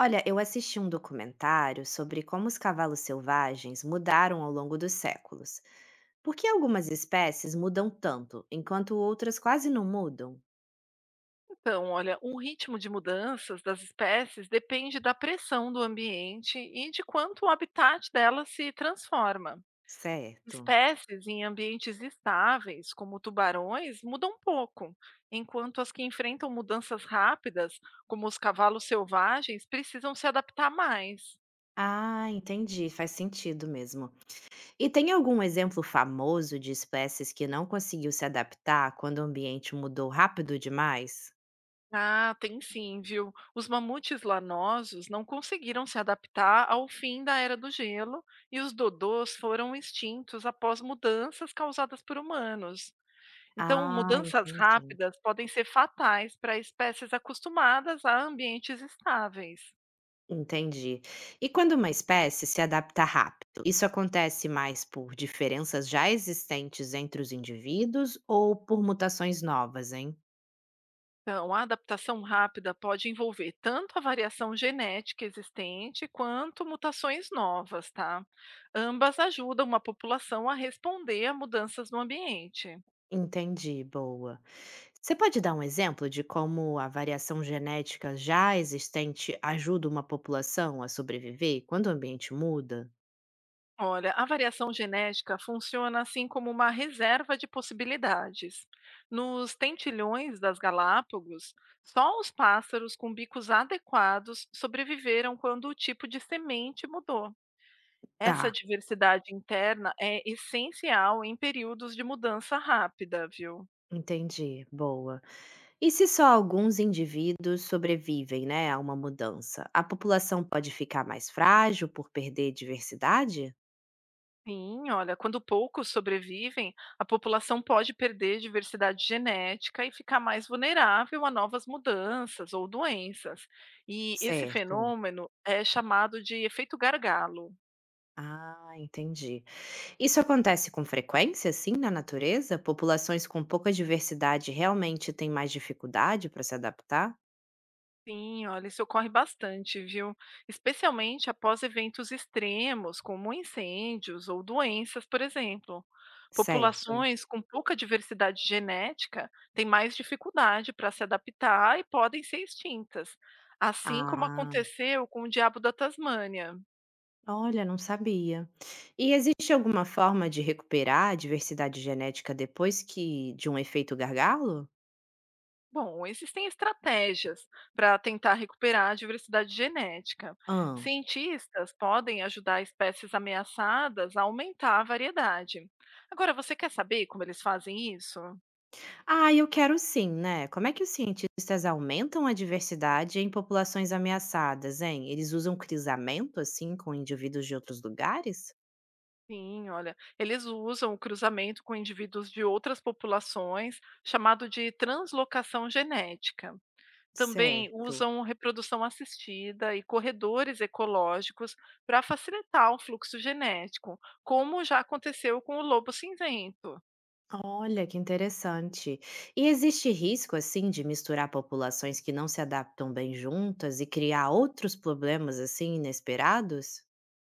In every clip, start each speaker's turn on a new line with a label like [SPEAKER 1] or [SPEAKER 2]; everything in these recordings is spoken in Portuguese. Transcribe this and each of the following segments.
[SPEAKER 1] Olha, eu assisti um documentário sobre como os cavalos selvagens mudaram ao longo dos séculos. Por que algumas espécies mudam tanto, enquanto outras quase não mudam?
[SPEAKER 2] Então, olha, o ritmo de mudanças das espécies depende da pressão do ambiente e de quanto o habitat delas se transforma.
[SPEAKER 1] Certo.
[SPEAKER 2] Espécies em ambientes estáveis, como tubarões, mudam pouco, enquanto as que enfrentam mudanças rápidas, como os cavalos selvagens, precisam se adaptar mais.
[SPEAKER 1] Ah, entendi, faz sentido mesmo. E tem algum exemplo famoso de espécies que não conseguiu se adaptar quando o ambiente mudou rápido demais?
[SPEAKER 2] Ah, tem sim, viu? Os mamutes lanosos não conseguiram se adaptar ao fim da era do gelo e os dodôs foram extintos após mudanças causadas por humanos. Então,
[SPEAKER 1] Ah,
[SPEAKER 2] mudanças
[SPEAKER 1] entendi.
[SPEAKER 2] rápidas podem ser fatais para espécies acostumadas a ambientes estáveis.
[SPEAKER 1] Entendi. E quando uma espécie se adapta rápido, isso acontece mais por diferenças já existentes entre os indivíduos ou por mutações novas, hein?
[SPEAKER 2] Então, a adaptação rápida pode envolver tanto a variação genética existente quanto mutações novas, tá? Ambas ajudam uma população a responder a mudanças no ambiente.
[SPEAKER 1] Entendi, boa. Você pode dar um exemplo de como a variação genética já existente ajuda uma população a sobreviver quando o ambiente muda?
[SPEAKER 2] Olha, a variação genética funciona assim como uma reserva de possibilidades. Nos tentilhões das Galápagos, só os pássaros com bicos adequados sobreviveram quando o tipo de semente mudou. Essa
[SPEAKER 1] Tá,
[SPEAKER 2] diversidade interna é essencial em períodos de mudança rápida, viu?
[SPEAKER 1] entendi, boa. E se só alguns indivíduos sobrevivem, né, a uma mudança, a população pode ficar mais frágil por perder diversidade?
[SPEAKER 2] Sim, olha, quando poucos sobrevivem, a população pode perder diversidade genética e ficar mais vulnerável a novas mudanças ou doenças. E esse
[SPEAKER 1] Certo.
[SPEAKER 2] fenômeno é chamado de efeito gargalo.
[SPEAKER 1] Ah, entendi. Isso acontece com frequência, assim, na natureza? Populações com pouca diversidade realmente têm mais dificuldade para se adaptar?
[SPEAKER 2] Sim, olha, isso ocorre bastante, viu? Especialmente após eventos extremos, como incêndios ou doenças, por exemplo.
[SPEAKER 1] Certo.
[SPEAKER 2] Populações com pouca diversidade genética têm mais dificuldade para se adaptar e podem ser extintas, assim como
[SPEAKER 1] Ah,
[SPEAKER 2] aconteceu com o diabo da Tasmânia.
[SPEAKER 1] olha, não sabia. E existe alguma forma de recuperar a diversidade genética depois que de um efeito gargalo?
[SPEAKER 2] Bom, existem estratégias para tentar recuperar a diversidade genética. Cientistas podem ajudar espécies ameaçadas a aumentar a variedade. Agora, você quer saber como eles fazem isso?
[SPEAKER 1] Ah, eu quero sim, né? Como é que os cientistas aumentam a diversidade em populações ameaçadas, hein? Eles usam crisamento, assim, com indivíduos de outros lugares?
[SPEAKER 2] Sim, olha, eles usam o cruzamento com indivíduos de outras populações, chamado de translocação genética. Também
[SPEAKER 1] Certo.
[SPEAKER 2] usam reprodução assistida e corredores ecológicos para facilitar o fluxo genético, como já aconteceu com o lobo cinzento.
[SPEAKER 1] Olha, que interessante. E existe risco, assim, de misturar populações que não se adaptam bem juntas e criar outros problemas, assim, inesperados?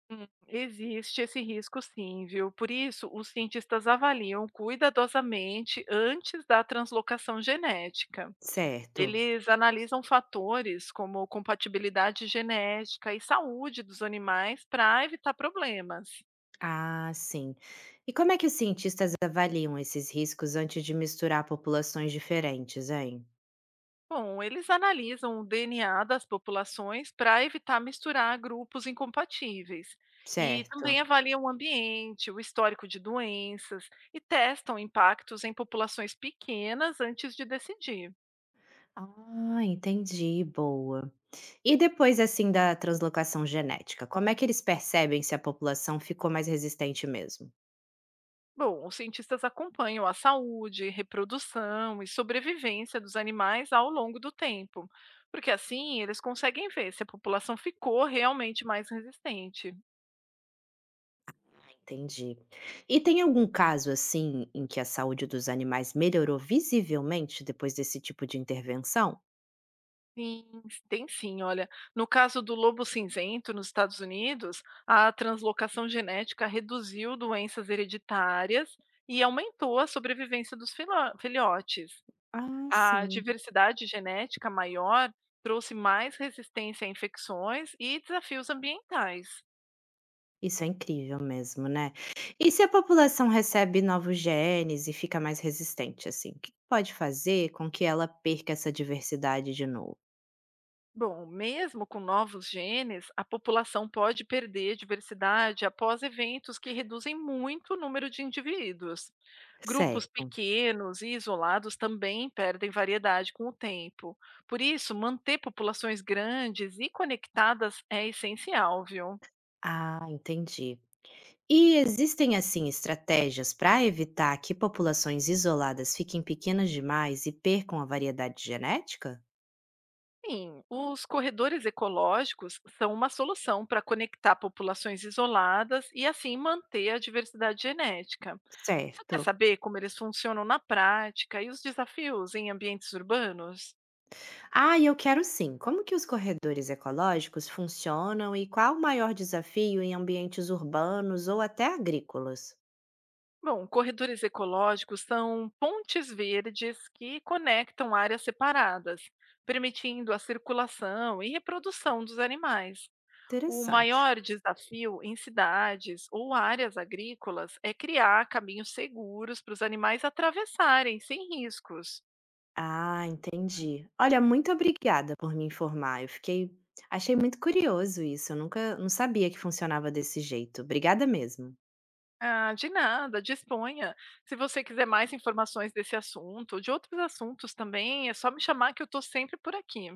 [SPEAKER 2] Existe esse risco, sim, viu? Por isso, os cientistas avaliam cuidadosamente antes da translocação genética.
[SPEAKER 1] Certo.
[SPEAKER 2] Eles analisam fatores como compatibilidade genética e saúde dos animais para evitar problemas.
[SPEAKER 1] Ah, sim. E como é que os cientistas avaliam esses riscos antes de misturar populações diferentes, hein?
[SPEAKER 2] Bom, eles analisam o DNA das populações para evitar misturar grupos incompatíveis. E também
[SPEAKER 1] Certo.
[SPEAKER 2] avaliam o ambiente, o histórico de doenças e testam impactos em populações pequenas antes de decidir.
[SPEAKER 1] Ah, entendi, boa. E depois, assim, da translocação genética, como é que eles percebem se a população ficou mais resistente mesmo?
[SPEAKER 2] Bom, os cientistas acompanham a saúde, reprodução e sobrevivência dos animais ao longo do tempo, porque assim eles conseguem ver se a população ficou realmente mais resistente.
[SPEAKER 1] Ah, entendi. E tem algum caso, assim, em que a saúde dos animais melhorou visivelmente depois desse tipo de intervenção?
[SPEAKER 2] Sim, tem sim, olha. No caso do lobo cinzento nos Estados Unidos, a translocação genética reduziu doenças hereditárias e aumentou a sobrevivência dos filhotes.
[SPEAKER 1] Ah,
[SPEAKER 2] A
[SPEAKER 1] sim.
[SPEAKER 2] diversidade genética maior trouxe mais resistência a infecções e desafios ambientais.
[SPEAKER 1] Isso é incrível mesmo, né? E se a população recebe novos genes e fica mais resistente, assim, o que pode fazer com que ela perca essa diversidade de novo?
[SPEAKER 2] Bom, mesmo com novos genes, a população pode perder diversidade após eventos que reduzem muito o número de indivíduos. Grupos
[SPEAKER 1] Certo.
[SPEAKER 2] pequenos e isolados também perdem variedade com o tempo. Por isso, manter populações grandes e conectadas é essencial, viu?
[SPEAKER 1] Ah, entendi. E existem, assim, estratégias para evitar que populações isoladas fiquem pequenas demais e percam a variedade genética?
[SPEAKER 2] Sim, os corredores ecológicos são uma solução para conectar populações isoladas e assim manter a diversidade genética. Você quer
[SPEAKER 1] Certo.
[SPEAKER 2] saber como eles funcionam na prática e os desafios em ambientes urbanos?
[SPEAKER 1] Ah, e eu quero sim. Como que os corredores ecológicos funcionam e qual o maior desafio em ambientes urbanos ou até agrícolas?
[SPEAKER 2] Bom, corredores ecológicos são pontes verdes que conectam áreas separadas, permitindo a circulação e reprodução dos animais. O
[SPEAKER 1] Interessante.
[SPEAKER 2] maior desafio em cidades ou áreas agrícolas é criar caminhos seguros para os animais atravessarem sem riscos.
[SPEAKER 1] Ah, entendi. Olha, muito obrigada por me informar. Eu fiquei, achei muito curioso isso. Eu nunca, não sabia que funcionava desse jeito. Obrigada mesmo.
[SPEAKER 2] Ah, de nada, disponha. Se você quiser mais informações desse assunto ou de outros assuntos também, é só me chamar que eu estou sempre por aqui.